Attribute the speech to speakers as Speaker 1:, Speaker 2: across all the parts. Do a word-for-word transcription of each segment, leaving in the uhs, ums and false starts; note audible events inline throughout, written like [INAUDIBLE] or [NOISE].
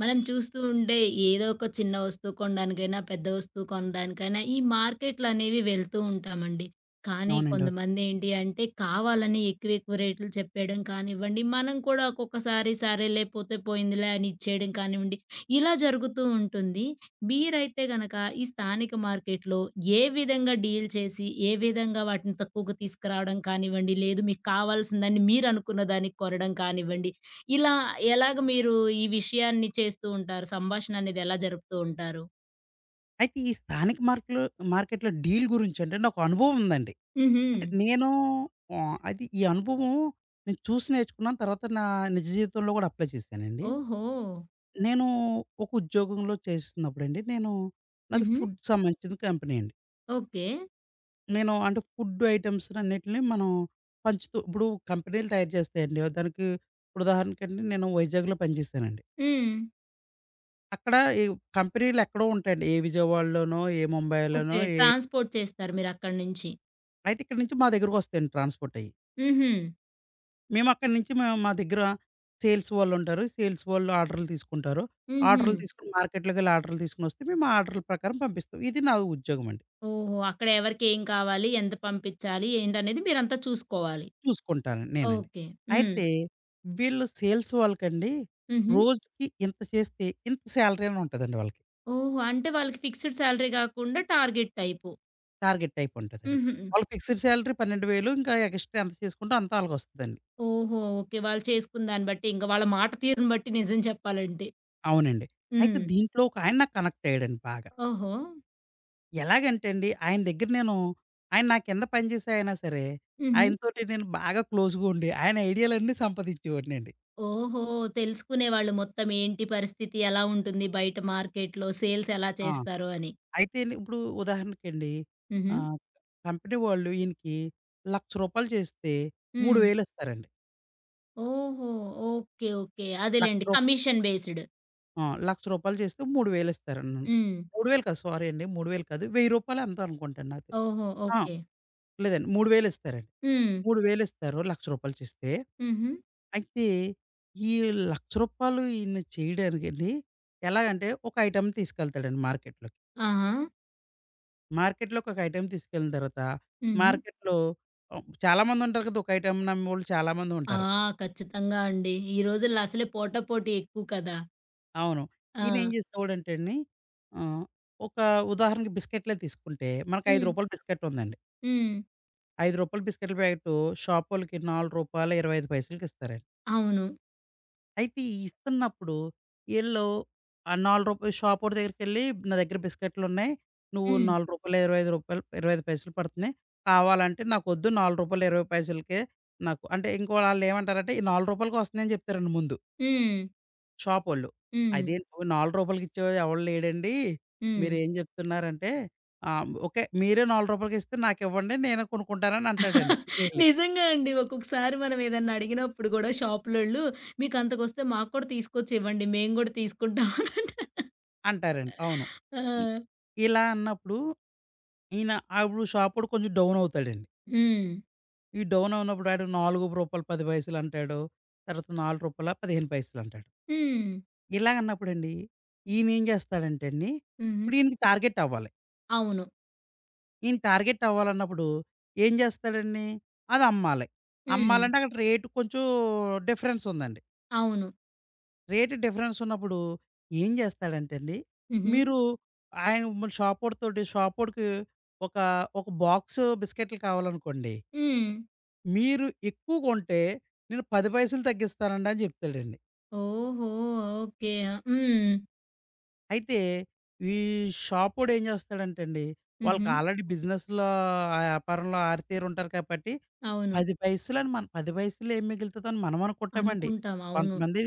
Speaker 1: మనం చూస్తూ ఉంటే ఏదో ఒక చిన్న వస్తువు కొనడానికైనా, పెద్ద వస్తువు కొనడానికైనా ఈ మార్కెట్‌లనేవి వెళ్తూ ఉంటామండి. కానీ
Speaker 2: అవునండి. అవును.
Speaker 1: కొంతమంది ఏంటి అంటే కావాలని ఎక్కువ, ఎక్కువ రేట్లు చెప్పేయడం కానివ్వండి, మనం కూడా ఒక్కొక్కసారి సరేలే పోతే పోయిందిలే అని ఇచ్చేయడం కానివ్వండి, ఇలా జరుగుతూ ఉంటుంది. మీరైతే గనక ఈ స్థానిక మార్కెట్‌లో ఏ విధంగా డీల్ చేసి, ఏ విధంగా వాటిని తక్కువకు తీసుకురావడం కానివ్వండి, లేదు మీకు కావాల్సిందని మీరు అనుకున్న దానికి కొనడం కానివ్వండి, ఇలా ఎలాగ మీరు ఈ విషయాన్ని చేస్తూ ఉంటారు? సంభాషణ అనేది ఎలా జరుపుతూ ఉంటారు?
Speaker 2: అయితే ఈ స్థానిక మార్కులు మార్కెట్‌లో డీల్ గురించంటే నాకు అనుభవం ఉందండి.
Speaker 1: హుహు.
Speaker 2: అంటే నేను ఆహ్, అది ఈ అనుభవం నేను చూసి నేర్చుకున్నాను. తర్వాత నా నిజ జీవితంలో కూడా అప్లై చేశానండి.
Speaker 1: ఓహో!
Speaker 2: నేను ఒక ఉద్యోగంలో చేస్తున్నప్పుడండి నేను నాది
Speaker 1: హుహు.
Speaker 2: ఫుడ్ సంబంధించిన కంపెనీ అండి.
Speaker 1: ఓకే.
Speaker 2: నేను అంటే ఫుడ్ ఐటెమ్స్ అన్నిటిని మనం పంచుతూ ఇప్పుడు కంపెనీలు తయారు చేస్తాయండి. దానికి ఉదాహరణకండి నేను వైజాగ్‌లో పనిచేశానండి.
Speaker 1: హ్మ్.
Speaker 2: అక్కడ ఈ కంపెనీలు ఎక్కడో ఉంటాయండి. ఏ విజయవాడలోనో, ఏ ముంబైలోనో
Speaker 1: ఓకే.
Speaker 2: ఏ
Speaker 1: ట్రాన్స్‌పోర్ట్ చేస్తారు మీరక్కడి నుంచి.
Speaker 2: అయితే ఇక్కడి నుంచి మా దగ్గరకొస్తాయండి ట్రాన్స్‌పోర్ట్ అయ్యి.
Speaker 1: హుహు.
Speaker 2: మేము అక్కడి నుంచి మేము మా దగ్గర సేల్స్ వాళ్ళుంటారు. సేల్స్ వాళ్ళు ఆర్డర్‌లు తీసుకుంటారు.
Speaker 1: హుహు.
Speaker 2: ఆర్డర్‌లు తీసుకొని మార్కెట్‌లోకెళ్ళి ఆర్డర్‌లు తీసుకొనొస్తే మేము ఆర్డర్‌ల ప్రకారం పంపిస్తాం. ఇది నా ఉద్యోగమండి.
Speaker 1: ఓహో! అక్కడ ఎవరికి ఏం కావాలి? ఎంత పంపించాలి? ఏంటనేది మీరంతా చూసుకోవాలి.
Speaker 2: చూసుకుంటాను నేనండి.
Speaker 1: ఓకే. హ్మ్.
Speaker 2: అయితే వీళ్ళు సేల్స్ వాళ్ళకండి
Speaker 1: హుహు.
Speaker 2: రోజుకి ఇంత చేస్తే ఇంత సాలరీ అని ఉంటదండి వాళ్ళకి.
Speaker 1: ఓహో! అంటే వాళ్ళకి ఫిక్స్‌డ్ సాలరీ గాకుండా టార్గెట్ టైపు.
Speaker 2: టార్గెట్ టైప్ ఉంటదండి.
Speaker 1: హుహు.
Speaker 2: వాళ్ళకి ఫిక్స్డ్ సాలరీ పన్నెండు వేలు ఇంకా ఎక్స్‌ట్రా ఎంత చేసుకుంటే అంత ఆళ్ళకొస్తదండి.
Speaker 1: ఓహో! ఓకే. వాళ్ళు చేసుకున్న దాన్ని బట్టి, ఇంక వాళ్ళ మాట తీరును బట్టి నిజం చెప్పాలంటే.
Speaker 2: అవునండి. అయితే
Speaker 1: హ్మ్.
Speaker 2: దీంట్లో ఒకాయన నాకు కనెక్ట్ అయ్యాడండి బాగా.
Speaker 1: ఓహో!
Speaker 2: ఎలాగంటే అండి, ఆయన దగ్గర నేను ఆయన నా కింద పనిచేసే అయినా సరే,
Speaker 1: హుహు.
Speaker 2: ఆయనతోటి నేను బాగా క్లోజ్‌గా ఉండి, ఆయన ఐడియాలన్నీ సంపాదించేవాడినండి.
Speaker 1: ఓహో! తెలుసుకునేవాళ్ళు మొత్తం ఏంటి పరిస్థితి ఎలా ఉంటుంది బయట మార్కెట్‌లో, సేల్స్ ఎలా
Speaker 2: ఆ!
Speaker 1: చేస్తారు అని.
Speaker 2: అయితే అండి ఇప్పుడు ఉదాహరణకండి
Speaker 1: హుహు.
Speaker 2: ఆహ్, కంపెనీ వాళ్ళు ఈయనకి రూ. ఒక,లక్ష చేస్తే
Speaker 1: హ్మ్.
Speaker 2: మూడు వేలు ఇస్తారండి.
Speaker 1: ఓహో! ఓకే. ఓకే. అదేలెండి.
Speaker 2: రూ. ఒక,లక్ష
Speaker 1: కమిషన్ బేస్డ్.
Speaker 2: ఆ! రూ. ఒక,లక్ష చేస్తే మూడు వేలు ఇస్తారండి.
Speaker 1: హ్మ్.
Speaker 2: మూడు వేలు కాదు సారీ అండి. మూడు వేలు కాదు రూ. వెయ్యి ఎంతో అనుకుంటాను నాకు తెలి
Speaker 1: ఓహో!
Speaker 2: ఆ!
Speaker 1: ఓకే.
Speaker 2: లేదండి మూడు వేలు ఇస్తారండి.
Speaker 1: హ్మ్.
Speaker 2: మూడు వేలు ఇస్తారు. రూ. ఒక,లక్ష చేస్తే.
Speaker 1: హుహు.
Speaker 2: అయితే ఈ రూ. ఒక,లక్ష ఈయన చేయడానికండి ఎలాగంటే ఒక ఐటెమ్ తీసుకెళ్తాడండి మార్కెట్‌లోకి.
Speaker 1: ఆహా!
Speaker 2: మార్కెట్‌లోకి ఒక ఐటెమ్ తీసుకెళ్ళిన తర్వాత
Speaker 1: హుహు.
Speaker 2: మార్కెట్‌లో ఆహ్, చాలామంది ఉంటారు కదా! ఒక ఐటెమ్ నమ్మేవాళ్ళు చాలామంది
Speaker 1: ఆ!
Speaker 2: ఉంటారు.
Speaker 1: ఖచ్చితంగా అండి. ఈ రోజుల్లో అసలే పోటాపోటీ ఎక్కువ కదా!
Speaker 2: అవును.
Speaker 1: ఆ!
Speaker 2: ఈయన ఏం చేసేవాడంటే అండి ఆహ్, ఒక ఉదాహరణకి బిస్కెట్లే తీసుకుంటే మనకు రూ.
Speaker 1: హ్మ్.
Speaker 2: ఐదు బిస్కెట్ ఉందండి.
Speaker 1: హ్మ్.
Speaker 2: రూ. ఐదు బిస్కెట్ల ప్యాకెటు షాపోళ్ళకి రూ. నాలుగు పాయింట్ రెండు ఐదు పైసలకి ఇస్తారండి.
Speaker 1: అవును.
Speaker 2: అయితే ఈ ఇస్తున్నప్పుడు ఈళ్ళు ఆ రూ. నాలుగు షాపోడి దగ్గరికెళ్ళి "నా దగ్గర బిస్కెట్లున్నాయి. నువ్వు రూ.
Speaker 1: హ్మ్.
Speaker 2: నాలుగు, రూ. ఇరవై ఐదు ఇరవై ఐదు పడుతున్నాయి. కావాలంటే నాకొద్దు రూ. 4.20కే నాకు" అంటే ఇంకో ఆళ్ళేమంటారంటే "ఈ రూ. 4కి వస్తున్నాయి" అని చెప్తారండి ముందు
Speaker 1: హ్మ్.
Speaker 2: షాపోళ్ళు.
Speaker 1: హ్మ్.
Speaker 2: "అదేంటి నువ్వు రూ. 4కి ఇచ్చేవాడు ఎవడు లేడండి.
Speaker 1: హ్మ్.
Speaker 2: మీరేం చెప్తున్నారంటే" ఆహ్, "ఓకే. మీరే రూ. 4కి ఇస్తే నాకివ్వండి. నేను కొనుక్కుంటానని" అంటాడండి ఈయనెళ్ళి.
Speaker 1: నిజంగా అండి. ఒక్కొక్కసారి మనం ఏదన్నా అడిగినప్పుడు గూడా షాపులోళ్ళు, "మీకంతకొస్తే మాకు కూడా తీసుకొచ్చి ఇవ్వండి. మేము గూడా తీసుకుంటాం" అనంట.
Speaker 2: అంటారండి. అవును. హ్మ్.
Speaker 1: ఆ!
Speaker 2: ఇలా అన్నప్పుడు ఈయన అప్పుడు షాపోడు కొంచెం డౌన్ అవుతాడండి.
Speaker 1: హ్మ్.
Speaker 2: ఈ డౌన్ అవునప్పుడు ఆడు రూ. నాలుగు పాయింట్ ఒకటి సున్నా అంటాడు. తర్వాత రూ. నాలుగు పాయింట్ ఒకటి ఐదు అంటాడు.
Speaker 1: హ్మ్.
Speaker 2: ఇలాగన్నప్పుడండి ఈయనేం జేస్తాడంటే అండి,
Speaker 1: హుహు.
Speaker 2: ఇప్పుడు ఈయనకి టార్గెట్ అవ్వాలి.
Speaker 1: అవును.
Speaker 2: ఈయన టార్గెట్ అవ్వాలన్నప్పుడు ఏం జేస్తాడండి, అది అమ్మాలి.
Speaker 1: హ్మ్.
Speaker 2: అమ్మాలంటే అక్కడ రేటు కొంచెం డిఫరెన్స్ ఉందండి.
Speaker 1: అవును.
Speaker 2: రేటు డిఫరెన్స్ ఉన్నప్పుడు ఏం జేస్తాడంటే అండి,
Speaker 1: హుహు.
Speaker 2: మీరు ఆయన మన షాపోడితోటి షాపోడికి ఒక, ఒక బాక్సు బిస్కెట్లు కావాలనుకోండి
Speaker 1: హ్మ్.
Speaker 2: మీరు ఎక్కువ కొంటే నేను పది పైసలు తగ్గిస్తానండి అని చెప్తాడండి.
Speaker 1: ఓహో! ఓకే. హ్మ్.
Speaker 2: అయితే ఈ షాపోడు ఏం చేస్తాడంటే అండి,
Speaker 1: హుహు.
Speaker 2: వాళ్ళకి ఆల్రెడీ బిజినెస్‌లో ఆ వ్యాపారంలో ఆరితేరుంటారు కాబట్టి
Speaker 1: అవును.
Speaker 2: పది పైసలని మన పది పైసలు ఏం మిగులుతదని మనం అనుకుంటామండి.
Speaker 1: అనుకుంటాం. అవును.
Speaker 2: కొంతమంది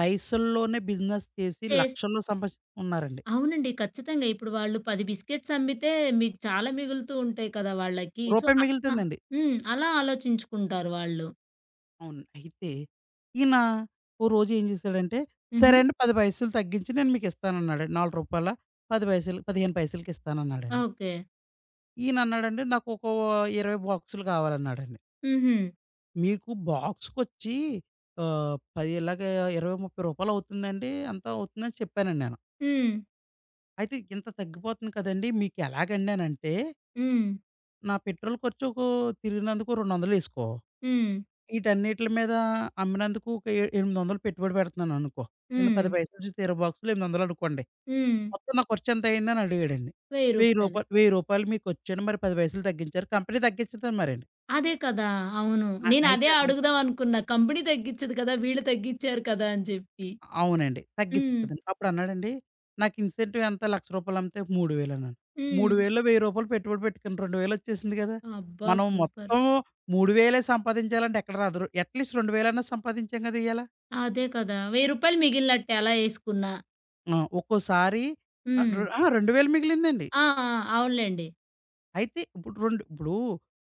Speaker 2: పైసల్లోనే బిజినెస్ చేసి
Speaker 1: చేస్
Speaker 2: లక్షల్లో సంపాదించుకున్నారండి.
Speaker 1: అవునండి. ఖచ్చితంగా. ఇప్పుడు వాళ్ళు పది బిస్కెట్స్ అమ్మితే మీకు చాలా మిగులుతూ ఉంటాయి కదా! వాళ్ళకి. సో,
Speaker 2: రూపాయి
Speaker 1: అట్లా
Speaker 2: మిగులుతుందండి.
Speaker 1: హ్మ్. అలా ఆలోచించుకుంటారు వాళ్ళు.
Speaker 2: అవును. అయితే ఈయన ఓ రోజు ఏం చేశాడంటే,
Speaker 1: హుహు.
Speaker 2: సరే అండి పది పైసలు తగ్గించి నేను మీకిస్తానన్నాడండి. రూ. నాలుగు పది పైసలు, పదిహేను పైసలకిస్తానన్నాడండి.
Speaker 1: ఓకే.
Speaker 2: ఈయనన్నాడండి నాకొక ఇరవై బాక్సులు కావాలన్నాడండి.
Speaker 1: హుహు.
Speaker 2: మీకు బాక్స్‌కొచ్చి ఆహ్, పది ఇలాగే రూ. ఇరవై, ముప్పై అవుతుందండి. అంతా అవుతుందని చెప్పానండి నేను.
Speaker 1: హ్మ్.
Speaker 2: అయితే ఇంత తగ్గిపోతుంది కదండీ! మీకెలాగండి అనంటే,
Speaker 1: హ్మ్.
Speaker 2: నా పెట్రోల్ ఖర్చు ఒక తిరిగినందుకు రెండు వందలు ఏసుకో.
Speaker 1: హ్మ్.
Speaker 2: ఈటన్నిట్ల మీద అమ్మినందుకు ఒక ఎ ఎనిమిది వందలు పెట్టుబడి పెడుతున్నాననుకో. కింద
Speaker 1: హ్మ్.
Speaker 2: పది పైసలు చూస్తే ఇరవై బాక్సులు ఎనిమిది వందలు అనుకోండి.
Speaker 1: హ్మ్.
Speaker 2: మొత్తం నా ఖర్చు ఎంతయిందని అడిగాడండి. రూ.
Speaker 1: రూ. వెయ్యి.
Speaker 2: వెయ్యి రూ. వెయ్యి మీకొచ్చండి. మరి పది పైసలు తగ్గించారు. కంపెనీ తగ్గించదు మరండి.
Speaker 1: అదే కదా! అవును.
Speaker 2: నా
Speaker 1: నేనదే
Speaker 2: అయితే
Speaker 1: అడుగుదాం అనుకున్నా. కంపెనీ తగ్గిచ్చదు కదా! వీళ్ళు తగ్గిచ్చారు కదా! అని చెప్పి.
Speaker 2: అవునండి. తగ్గించదు
Speaker 1: హ్మ్.
Speaker 2: కదండీ. అప్పుడన్నాడండి, నాకు ఇన్సెంటివ్ ఎంత రూ. ఒక,లక్ష అమ్మితే మూడు వేలు అన్నాను.
Speaker 1: హ్మ్.
Speaker 2: 3,000లో రూ. వెయ్యి పెట్టుబడి పెట్టుకుని రెండు వేలు వచ్చేసింది కదా!
Speaker 1: అబ్బా!
Speaker 2: మనం
Speaker 1: సూపర్.
Speaker 2: మొత్తం మూడు వేలు సంపాదించాలంటే ఎక్కడ రాదు. అట్‌లీస్ట్ రెండు వేలు అన్నా సంపాదించాం కదా ఇయ్యాల.
Speaker 1: అదే కదా! రూ. వెయ్యి మిగిలినట్టే అలా ఏసుకున్నా.
Speaker 2: ఆ! ఒక్కోసారి ఆహ్,
Speaker 1: హ్మ్.
Speaker 2: రు ఆ! రెండు వేలు మిగిలిందండి.
Speaker 1: ఆ! ఆ! అవునులెండి.
Speaker 2: అయితే ఇప్పుడు రెండు ఇప్పుడు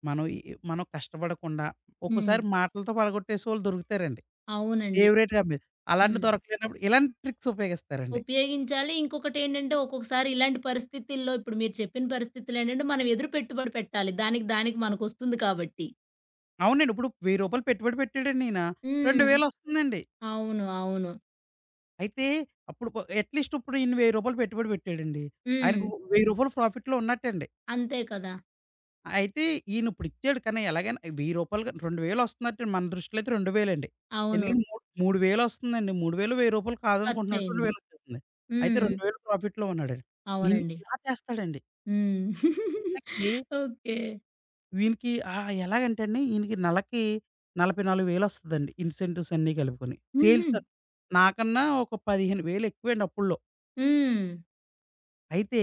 Speaker 2: మనం ఈ మనం కష్టపడకుండా
Speaker 1: హ్మ్.
Speaker 2: ఒక్కోసారి మాటలతో పడగొట్టేసేవాళ్ళు దొరుకుతారండి.
Speaker 1: అవునండి.
Speaker 2: ఫేవరెట్‌గా అమ్మే అలాంటివి
Speaker 1: హ్మ్.
Speaker 2: దొరకలేనప్పుడు ఇలాంటి ట్రిక్స్ ఉపయోగిస్తారండి.
Speaker 1: ఉపయోగించాలి. ఇంకొకటేంటంటే ఒక్కొక్కసారి ఇలాంటి పరిస్థితుల్లో ఇప్పుడు మీరు చెప్పిన పరిస్థితులేంటంటే మనం ఎదురు పెట్టుబడి పెట్టాలి. దానికి దానికి మనకొస్తుంది కాబట్టి.
Speaker 2: అవునండి. ఇప్పుడు రూ. వెయ్యి పెట్టుబడి పెట్టాడండి ఈయన.
Speaker 1: హ్మ్.
Speaker 2: రెండు వేలు వస్తుందండి.
Speaker 1: అవును. అవును.
Speaker 2: అయితే అప్పుడు కొ అట్‌లీస్ట్ ఇప్పుడు ఈయన రూ. వెయ్యి పెట్టుబడి పెట్టాడండి.
Speaker 1: హ్మ్.
Speaker 2: ఆయనకు రూ. వెయ్యి ప్రాఫిట్‌లో ఉన్నట్టండి.
Speaker 1: అంతే కదా!
Speaker 2: అయితే ఈయన ఇప్పుడు ఇచ్చాడు కానీ ఎలాగైనా రూ. వెయ్యి రెండు వేలు వస్తున్నట్టండి. మన దృష్టిలో అయితే రెండు వేలు అండి.
Speaker 1: అవును.
Speaker 2: ఎందుకంటే మూ మూడు వేలు వస్తుందండి. మూడు వేలు, వెయ్యి కాదనుకుంటున్నాడు.
Speaker 1: ఖర్చయింది.
Speaker 2: రెండు వేలు వచ్చేస్తుంది. అయితే
Speaker 1: హ్మ్.
Speaker 2: రెండు వేలు ప్రాఫిట్‌లో ఉన్నాడండి. ఈయన
Speaker 1: అవునండి.
Speaker 2: ఇలా చేస్తాడండి.
Speaker 1: హ్మ్.
Speaker 2: నెలకి
Speaker 1: [LAUGHS] ఓకే.
Speaker 2: వీనికి ఆహ్, ఎలాగంటే అండి, ఈయనకి నెలకి నలభై నాలుగు వేలు వస్తదండి. ఇన్సెంటివ్స్ అన్నీ కలుపుకొని.
Speaker 1: హుహు.
Speaker 2: సేల్స్ నాకన్నా ఒక పదిహేను వేలు ఎక్కువండి అప్పుల్లో.
Speaker 1: హ్మ్.
Speaker 2: అయితే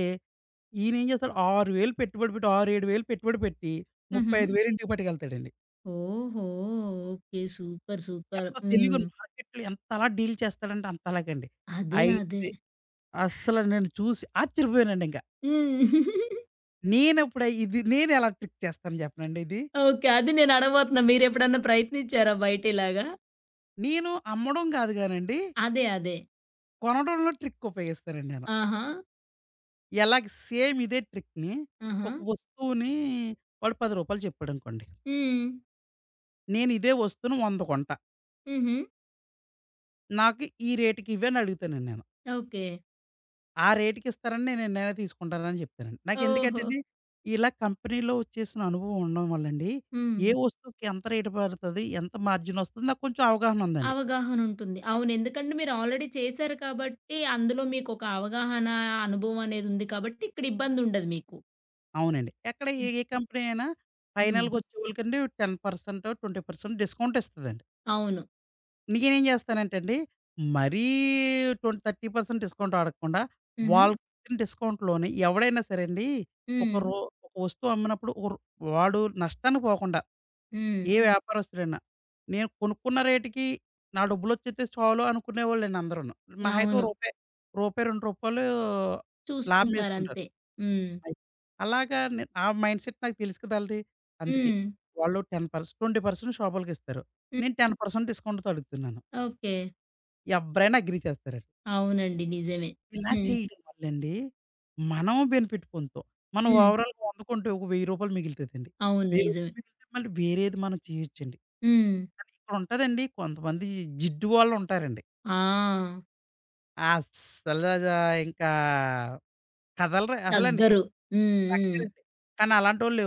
Speaker 2: ఈయనేం చేస్తాడు ఆరు వేలు పెట్టుబడి పెట్టి ఆరు, ఏడు వేలు పెట్టుబడి పెట్టి
Speaker 1: హుహు.
Speaker 2: ముప్పై ఐదు వేలు ఇంటికి పట్టుకెళ్తాడండి.
Speaker 1: ఓహో! ఓకే. సూపర్. సూపర్.
Speaker 2: ఎంత తెలివిగా
Speaker 1: హ్మ్.
Speaker 2: మార్కెట్‌లో ఎంత అలా డీల్ చేస్తాడంటే అంతలాగండి.
Speaker 1: అదే. అదే.
Speaker 2: అయితే అస్సలు నేను చూసి ఆశ్చర్యపోయానండింక.
Speaker 1: హ్మ్. [LAUGHS]
Speaker 2: నేనప్పుడు ఇది నేనెలా ట్రిక్ చేస్తాను చెప్పనండి ఇది?
Speaker 1: ఓకే. అది నేను అడగబోతున్నా. మీరెప్పుడన్నా ప్రయత్నించారా బయటిలాగా?
Speaker 2: నేను అమ్మడం కాదు గానండి,
Speaker 1: అదే. అదే.
Speaker 2: కొనడంలో ట్రిక్ ఉపయోగిస్తానండి నేను.
Speaker 1: ఆహా!
Speaker 2: ఎలాగ సేమ్ ఇదే ట్రిక్‌ని
Speaker 1: ఆహా!
Speaker 2: ఒక వస్తువుని వాడు రూ. పది చెప్పాడనుకోండి.
Speaker 1: హ్మ్.
Speaker 2: నేను ఇదే వస్తువుని వంద కొంటా.
Speaker 1: హుహు.
Speaker 2: నాకు ఈ రేట్‌కి ఇవ్వి అని అడుగుతానండి నేను.
Speaker 1: ఓకే.
Speaker 2: ఆ రేట్‌కి ఇస్తారని నేను నిర్ణయం తీసుకుంటానని చెప్తానండి.
Speaker 1: ఓహో!
Speaker 2: నాకెందుకంటేండి ఇలా కంపెనీలో చేసిన అనుభవం ఉండడం వల్లండి, ఏ
Speaker 1: హ్మ్.
Speaker 2: వస్తువుకి ఎంత రేటు పడతది? ఎంత మార్జిన్ వస్తది? నాకు కొంచెం అవగాహన ఉందండి.
Speaker 1: అవగాహనుంటుంది. అవును. ఎందుకంటే మీరు ఆల్రెడీ చేశారు కాబట్టి, అందులో మీకొక అవగాహన, అనుభవం అనేదుంది కాబట్టి ఇక్కడ ఇబ్బందుండదు మీకు.
Speaker 2: అవునండి. ఎక్కడ ఏ
Speaker 1: హ్మ్.
Speaker 2: ఏ కంపెనీ అయినా
Speaker 1: హ్మ్.
Speaker 2: ఫైనల్‌గా వచ్చేవాళ్ళకండి పది శాతం ఇరవై శాతం డిస్కౌంట్ ఇస్తదండి.
Speaker 1: అవును.
Speaker 2: నేనేం జేస్తానంటే అండి, మరీ ట్వెన్ ముప్పై శాతం డిస్కౌంట్ అడగకుండా,
Speaker 1: హుహు.
Speaker 2: వాళ్ళకిచ్చిన డిస్కౌంట్‌లోనే ఎవడైనా సరే అండి, ఒక
Speaker 1: హ్మ్.
Speaker 2: రో ఒక వస్తువు అమ్మినప్పుడు ఒర్ వాడు నష్టానికి పోకుండా,
Speaker 1: హ్మ్.
Speaker 2: ఏ వ్యాపారస్తుడైనా, నేను కొనుక్కున్న రేటుకి నా డబ్బులొచ్చేత్తే చాలు అనుకునేవాళ్ళండి అందరూను. మహా అయితే ఓ
Speaker 1: అవును.
Speaker 2: రూపాయి, రూపాయి, రూ. రెండు లాభమేసుకుంటారు.
Speaker 1: చూసుకుంటారంతే. హ్మ్.
Speaker 2: అయి అలాగా నే ఆ మైండ్ సెట్ నాకు తెలుసు కదాలది. అందుకే.
Speaker 1: హ్మ్.
Speaker 2: వాళ్ళు పది శాతం ఇరవై శాతం షాపోళ్ళకిస్తారు.
Speaker 1: హ్మ్.
Speaker 2: నేను పది శాతం డిస్కౌంట్‌తో అడుగుతున్నాను.
Speaker 1: ఓకే.
Speaker 2: ఎవ్వరైనా అగ్రీ చేస్తారండి.
Speaker 1: అవునండి. నిజమే.
Speaker 2: ఇలా
Speaker 1: హ్మ్.
Speaker 2: చేయడం వల్లండి మనం బెనిఫిట్ పొందుతాం. మనం
Speaker 1: హ్మ్.
Speaker 2: ఓవరాల్‌గా వండుకుంటే ఒక రూ. వెయ్యి మిగులుతదండి. రూ.
Speaker 1: అవును.
Speaker 2: వెయ్యి
Speaker 1: నిజమే.
Speaker 2: మిగిలితే మళ్ళీ వేరేది మనం చేయొచ్చండి.
Speaker 1: హ్మ్.
Speaker 2: కానీ ఇక్కడ ఉంటదండి కొంతమంది జిడ్డు వాళ్ళుంటారండి.
Speaker 1: ఆ!
Speaker 2: అస్సలు అదా ఇంకా కదలరు అసలండి.
Speaker 1: తగ్గరు. హ్మ్. హ్మ్.
Speaker 2: తగ్గరండి. కానీ అలాంటోళ్ళు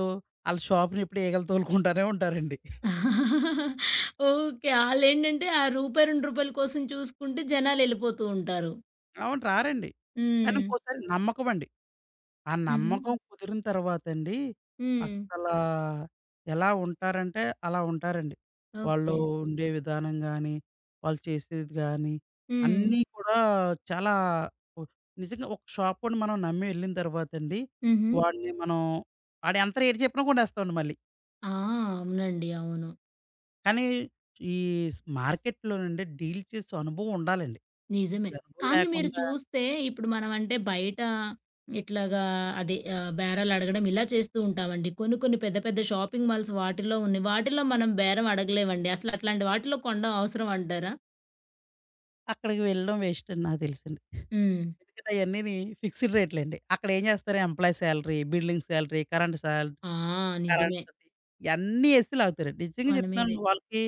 Speaker 2: ఆళ్ళ షాప్‌ని ఎప్పుడు ఈగలు తోలుకుంటానే ఉంటారండి.
Speaker 1: [LAUGHS] ఓకే. ఆళ్ళేంటంటే ఆ రూ. రూ. రెండు కోసం చూసుకుంటే జనాలెళ్ళిపోతూ ఉంటారు.
Speaker 2: అవును. రారండి. కానీ
Speaker 1: హ్మ్.
Speaker 2: ఇంకోసారి నమ్మకమండి. ఆ
Speaker 1: హుహు.
Speaker 2: నమ్మకం కుదిరిన తర్వాతండి
Speaker 1: హ్మ్.
Speaker 2: అస్సలా ఎలా ఉంటారంటే అలా ఉంటారండి. వాళ్ళు
Speaker 1: ఓకే.
Speaker 2: ఉండే విధానం గానీ, వాళ్ళు చేసేది గానీ,
Speaker 1: హ్మ్.
Speaker 2: అన్నీ కూడా చాలా ఒ నిజంగా ఒక షాపోడిని మనం నమ్మి వెళ్ళిన తర్వాతండి,
Speaker 1: హుహు.
Speaker 2: వాడిని మనం వాడెంత రేట్ చెప్పినా కొనేస్తామండి మళ్ళీ.
Speaker 1: ఆ! అవునండి. అవును.
Speaker 2: కానీ ఈ స్ మార్కెట్‌లోనండి డీల్ చేసే అనుభవం ఉండాలండి.
Speaker 1: నిజమే.
Speaker 2: ఈ అనుభవం
Speaker 1: కానీ మీరు
Speaker 2: లేకుండా
Speaker 1: చూస్తే ఇప్పుడు మనం అంటే బయట ఇట్లాగా అదే ఆహ్, బేరాలు అడగడం ఇలా చేస్తూ ఉంటామండి. కొన్ని కొన్ని పెద్ద పెద్ద షాపింగ్ మాల్స్ వాటిల్లో ఉన్నాయి. వాటిల్లో మనం బేరం అడగలేమండి. అసలు అట్లాంటి వాటిల్లో కొనడం అవసరం అంటారా?
Speaker 2: అక్కడికి వెళ్ళడం వేస్ట్ అని నాకు తెలుసండి.
Speaker 1: హ్మ్.
Speaker 2: ఎందుకంటే అయన్నీని ఫిక్స్డ్ రేట్లండి. అక్కడేం జేస్తారు employee salary, building salary, current సాల్
Speaker 1: ఆ!
Speaker 2: కరెంట్
Speaker 1: నిజమే.
Speaker 2: ఇయన్నీ ఎసి లాగుతారండి. నిజంగా
Speaker 1: మన మీదే.
Speaker 2: జెప్తున్నానండి వాళ్ళకి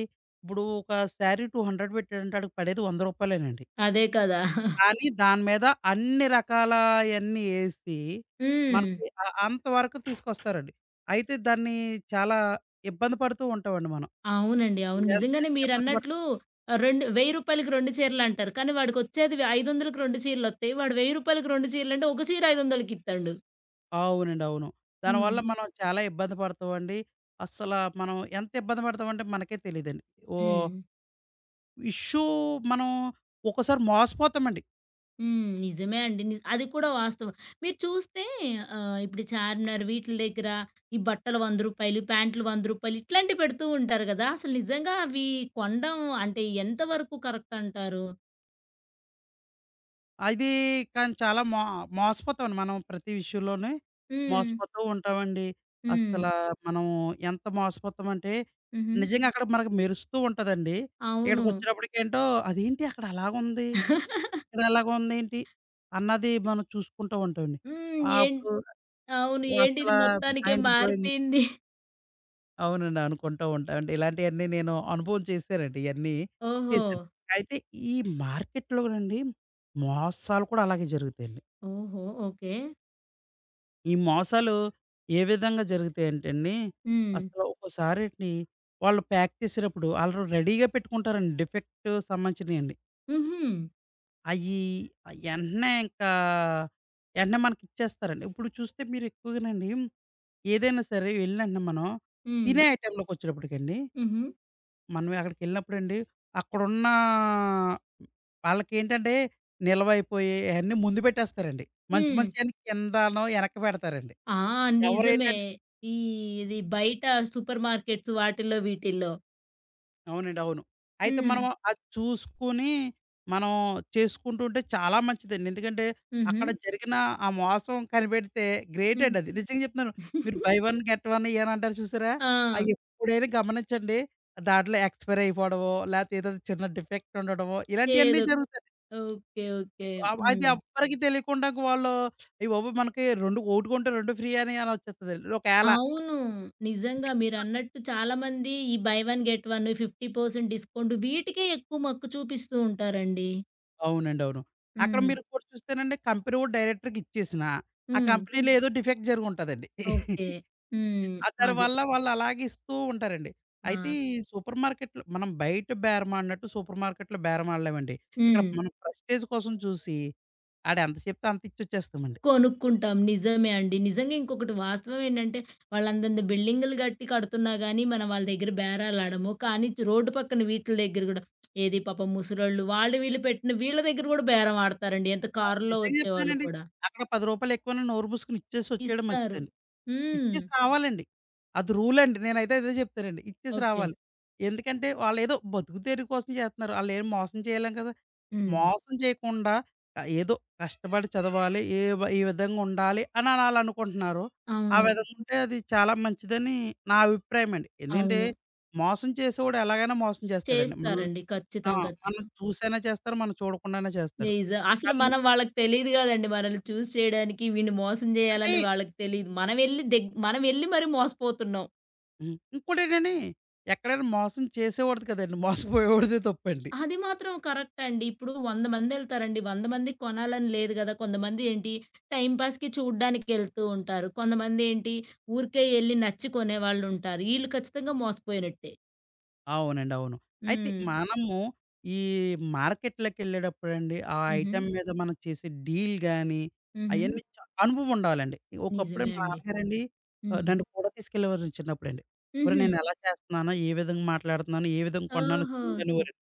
Speaker 2: ఇప్పుడు ఒక శారీ రెండు వందలు పెట్టాడంటే ఆడికి పడేది రూ. వంద
Speaker 1: అదే కదా! [LAUGHS]
Speaker 2: కానీ దాని మీద అన్ని రకాలయన్నీ ఎసి
Speaker 1: హ్మ్.
Speaker 2: మనకి అ అంతవరకు తీసుకొస్తారండి. అయితే దాన్ని చాలా ఇబ్బంది పడుతూ ఉంటామండి మనం.
Speaker 1: అవునండి.
Speaker 2: ఎ
Speaker 1: అవును.
Speaker 2: ఎంత
Speaker 1: నిజంగానే
Speaker 2: ఇబ్బంది పడతాం
Speaker 1: మీరన్నట్లు ఆహ్, రెండు రూ. వెయ్యికి రెండు చీరలంటారు. కానీ వాడికొచ్చేది వే ఐదు వందలకి రెండు చీరలొత్తయి. వాడు రూ. వెయ్యికి రెండు చీరలంటే ఒక చీర ఐదు వందలకిత్తండు.
Speaker 2: అవునండి. అవును.
Speaker 1: హ్మ్.
Speaker 2: దానివల్ల మనం చాలా ఇబ్బంది పడతామండి. అస్సల మనం ఎంత ఇబ్బంది పడతామంటే మనకే తెలీదండి. ఓహ్!
Speaker 1: హ్మ్.
Speaker 2: ఇష్యూ మనం ఒక్కోసారి మోసపోతామండి.
Speaker 1: హ్మ్. నిజమే అండి. నిజ్ అది కూడా వాస్తవం. మీరు చూస్తే ఆహ్, ఇప్పుడు చార్మినార్ వీటిల దగ్గర ఈ బట్టలు రూ. వంద, ప్యాంట్లు రూ. వంద ఇట్లాంటివి పెడుతూ ఉంటారు గదా! అసలు నిజంగా అవి కొనడం అంటే ఎంత వరకు కరెక్ట్ అంటారు?
Speaker 2: అది కానీ చాలా మో మోసపోతామండి మనం ప్రతి విషయంలోనే
Speaker 1: హ్మ్.
Speaker 2: మోసపోతూ ఉంటామండి.
Speaker 1: హ్మ్.
Speaker 2: అస్సల మనం ఎంత మోసపోతామంటే
Speaker 1: హుహు.
Speaker 2: నిజంగా అక్కడ మనకు మెరుస్తూ ఉంటదండి.
Speaker 1: అవును.
Speaker 2: ఇక్కడికొచ్చినప్పటికేంటో అదేంటి అక్కడ అలాగుంది. ఇక్కడ అలాగుందేంటి అన్నది మనం చూసుకుంటూ ఉంటామండి.
Speaker 1: హ్మ్.
Speaker 2: ఆ!
Speaker 1: ఏం
Speaker 2: అప్పుడు
Speaker 1: అవును. ఏంటిది
Speaker 2: అసలా
Speaker 1: మొత్తానికే
Speaker 2: మైండ్ బ్లోయింగ్.
Speaker 1: మారిపోయింది.
Speaker 2: అవునండి. అనుకుంటూ ఉంటాం. అంటే ఇలాంటియన్నీ నేను అనుభవం చేశానండి ఇయన్నీ
Speaker 1: ఓహో!
Speaker 2: చేశాను. అయితే ఈ మార్కెట్‌లోనండి మోసాలు కూడా అలాగే జరుగుతాయండి.
Speaker 1: ఓహో! ఓకే.
Speaker 2: ఈ మోసాలు ఏ విధంగా జరుగుతాయంటేండి,
Speaker 1: హ్మ్.
Speaker 2: అసలు ఒక్కోసారేంటి వాళ్ళు ప్యాక్ చేసేటప్పుడు ఆళ్ళు రెడీగా పెట్టుకుంటారండి డిఫెక్ట్ సంబంధించినయండి.
Speaker 1: హుహు.
Speaker 2: అయ్యి యెంటనే ఇంకా యెంటనే మనకిచ్చేస్తారండి. ఇప్పుడు చూస్తే మీరు ఎక్కువగానండి ఏదైనా సరే వెళ్ళిన యెంటనే మనం
Speaker 1: హ్మ్.
Speaker 2: తినే ఐటెంలోకొచ్చేటప్పటికండి
Speaker 1: హుహు.
Speaker 2: మనం అక్కడికెళ్ళినప్పుడండి అక్కడున్నా ఆళ్ళకేంటంటే నిల్వైపోయి అయన్నీ ముందు పెట్టేస్తారండి. మంచి
Speaker 1: హ్మ్.
Speaker 2: మంచియన్ని కిందనో ఎనక పెడతారండి.
Speaker 1: ఆ! నిజమే.
Speaker 2: ఎవరేంటంటే
Speaker 1: ఈ ఇది బయట సూపర్ మార్కెట్స్ వాటిల్లో వీటిల్లో.
Speaker 2: అవునండి. అవును. అయితే
Speaker 1: హ్మ్.
Speaker 2: మనం అది చూసుకొని మనం చేసుకుంటుంటే చాలా మంచిదండి. ఎందుకంటే
Speaker 1: హుహు.
Speaker 2: అక్కడ జరిగిన ఆ మోసం కనిపెడితే
Speaker 1: హ్మ్.
Speaker 2: గ్రేటండి అది. నిజంగా చెప్తున్నాను. మీరు
Speaker 1: [LAUGHS]
Speaker 2: buy one get one year అంటారు చూసారా?
Speaker 1: ఆ!
Speaker 2: అయ్యెప్పుడైనా గమనించండి. దాంట్లో ఎక్స్‌పైర్ అయిపోవడమో, లేతే ఏదో చిన్న డిఫెక్ట్ ఉండడమో ఇలాంటియన్నీ
Speaker 1: ఏదో
Speaker 2: జరుగుతాయి.
Speaker 1: ఓకే. ఓకే.
Speaker 2: అవ్ అది
Speaker 1: హ్మ్.
Speaker 2: ఎవ్వరికీ తెలియకుండా వాళ్ళు అయ్య బాబోయ్! మనకి రెండు ఒకటి కొంటే రెండు ఫ్రీ అని అలా వచ్చేస్తదండి. ఒకేళ
Speaker 1: అవును. నిజంగా మీరన్నట్టు చాలా మంది ఈ బై వన్ గెట్ వన్ యాభై శాతం డిస్కౌంట్ వీటికే ఎక్కువ మక్కు చూపిస్తూ ఉంటారండి.
Speaker 2: అవునండి. అవును. అక్కడ
Speaker 1: హ్మ్.
Speaker 2: మీరు కూడా చూస్తేనండి కంపెనీ వోడు డైరెక్టర్‌కి ఇచ్చేసినా, ఆ
Speaker 1: హ్మ్.
Speaker 2: కంపెనీలో ఏదో డిఫెక్ట్ జరిగుంటదండి.
Speaker 1: ఓకే.
Speaker 2: [LAUGHS]
Speaker 1: హ్మ్.
Speaker 2: ఆ దాని
Speaker 1: అదే.
Speaker 2: వల్ల వాళ్ళు అలాగే ఇస్తూ ఉంటారండి. అయితే
Speaker 1: ఆ!
Speaker 2: ఈ సూపర్ మార్కెట్‌లో మనం బయట బేరమాడినట్టు సూపర్ మార్కెట్‌లో బేరమాడలేమండి. ఇక్కడ
Speaker 1: హ్మ్.
Speaker 2: మనం ప్రెస్టేజ్ కోసం చూసి ఆడెంత చెప్తే అంత ఇచ్చొచ్చేస్తామండి.
Speaker 1: కొనుక్కుంటాం. నిజమే అండి. నిజంగా ఇంకొకటి వాస్తవం ఏంటంటే, వాళ్ళంతంత బిల్డింగులు కట్టి కడుతున్నా గానీ, మనం వాళ్ళ దగ్గర బేరాలాడము. కానీ చ్ రోడ్డు పక్కన వీట్ల దగ్గర గూడా ఏది పాపం ముసలోళ్ళు వాళ్ళు వీళ్ళు పెట్టిన వీళ్ళ దగ్గర గూడా బేరం ఆడతారండి. ఎంత కారులో
Speaker 2: నిజంగా
Speaker 1: వచ్చేవాళ్ళు
Speaker 2: చెప్తున్నానండి.
Speaker 1: కూడా.
Speaker 2: అక్కడ రూ. పది ఎక్కువని నోరు మూసుకొని ఇచ్చేసి వచ్చేయడం
Speaker 1: ఇస్తారు.
Speaker 2: మంచిదండి.
Speaker 1: హ్మ్.
Speaker 2: ఇచ్చేసి రావాలండి. అది రూలండి. నేనైతే అదే చెప్తానండి. ఇచ్చేసి
Speaker 1: ఓకే.
Speaker 2: రావాలి. ఎందుకంటే వాళ్ళేదో బతుకు తెరువు కోసం చేత్తన్నారు. ఆళ్ళేం మోసం చేయలేం కదా!
Speaker 1: హ్మ్.
Speaker 2: మోసం చేయకుండా ఆహ్, ఏదో కష్టపడి చదవాలి. ఏ వ ఈ విధంగా ఉండాలి అని ఆళ్ళనుకుంటున్నారు. ఆ
Speaker 1: అవును.
Speaker 2: విధంగా ఉంటే అది చాలా మంచిదని నా అభిప్రాయమండి. ఎందుకంటే
Speaker 1: అవును.
Speaker 2: మోసం చేసేవాడు ఎలాగైనా మోసం చేస్తాడండి. మనల్ని
Speaker 1: చేస్తారండి.
Speaker 2: ఆ!
Speaker 1: ఖచ్చితం.
Speaker 2: మనం
Speaker 1: ఖచ్చితం.
Speaker 2: చూసైనా చేస్తారు. మనం చూడకుండానే చేస్తారు.
Speaker 1: నిజం. అసలు
Speaker 2: కానీ
Speaker 1: మనం వాళ్ళకి తెలీదు గదండీ. మనల్ని చూజ్ చేయడానికి, వీడిని మోసం
Speaker 2: అంటే
Speaker 1: జేయాలని వాళ్ళకి తెలీదు. మనమెళ్లి దగ్ మనమెళ్లి మరి మోసపోతున్నాం.
Speaker 2: హ్మ్. ఇంకోటేంటండి ఎక్కడైనా మోసం చేసేవాడిది కదండీ మోసపోయేవాడిదే తప్పండి.
Speaker 1: అది మాత్రం కరెక్ట్ అండి. ఇప్పుడు వంద మందెళ్తారండి. వంద మందికి కొనాలని లేదు గదా! కొంతమంది ఏంటి టైమ్ పాస్‌కి చూడ్డానికెళ్తూ ఉంటారు. కొంతమంది ఏంటి ఊరికే ఎళ్లి నచ్చి కొనేవాళ్ళుంటారు. ఈళ్ళు ఖచ్చితంగా మోసపోయినట్టే.
Speaker 2: అవునండి. అవును. అయితే
Speaker 1: హ్మ్.
Speaker 2: హ్మ్. మనము ఈ మార్కెట్‌లకెళ్ళేటప్పుడండి, ఆ
Speaker 1: హుహు.
Speaker 2: ఐటెమ్ మీద మనం చేసే డీల్ గాని,
Speaker 1: హుహు.
Speaker 2: అయన్నీ చ అనుభవం ఉండాలండి. ఒకప్పుడు
Speaker 1: నిజమే
Speaker 2: మా
Speaker 1: అండి.
Speaker 2: నాన్నగారండి ఆహ్,
Speaker 1: హ్మ్.
Speaker 2: నన్ను కూడా తీసుకెళ్ళేవారండి చిన్నప్పుడండి. ఒరేయ్!
Speaker 1: హుహు.
Speaker 2: నేనెలా చేస్తున్నాను, ఏ విధంగా మాట్లాడుతున్నాను, ఏ విధంగా కొంటున్నానో
Speaker 1: ఓహో! సూప్
Speaker 2: చూడనేవారండి.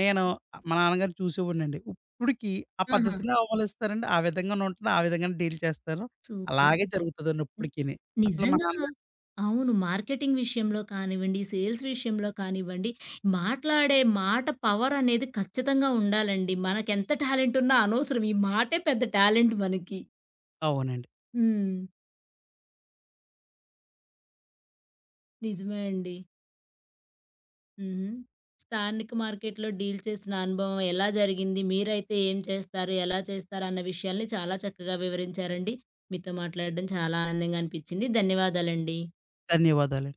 Speaker 2: నేను మా నాన్నగారిని చూసేవాడినండి. ఇప్పుడికి ఆ
Speaker 1: ఆహా!
Speaker 2: పద్ధతినే అవలంబిస్తానండి. ఆ విధంగానే ఉంటున్నా, ఆ విధంగానే డీల్ చేస్తాను.
Speaker 1: సూపర్.
Speaker 2: అలాగే హ్మ్. జరుగుతదండి
Speaker 1: హ్మ్.
Speaker 2: ఇప్పటికిని. అసలు మా
Speaker 1: నిజంగా.
Speaker 2: నాన్నగారు
Speaker 1: అవును. మార్కెటింగ్ విషయంలో కానివ్వండి, సేల్స్ విషయంలో కానివ్వండి, మాట్లాడే మాట పవరనేది ఖచ్చితంగా ఉండాలండి. మనకెంత టాలెంట్ ఉన్నా అనవసరం. ఈ మాటే పెద్ద టాలెంట్ మనకి.
Speaker 2: అవునండి.
Speaker 1: హ్మ్. నిజమే అండి. హుహు. స్థానిక మార్కెట్‌లో డీల్ చేసిన అనుభవం ఎలా జరిగింది? మీరైతే ఏం చేస్తారు? ఎలా చేస్తారు? అన్న విషయాల్ని చాలా చక్కగా వివరించారండి. మీతో మాట్లాడడం చాలా ఆనందంగా అనిపిచ్చింది. ధన్యవాదాలండి.
Speaker 2: ధన్యవాదాలు.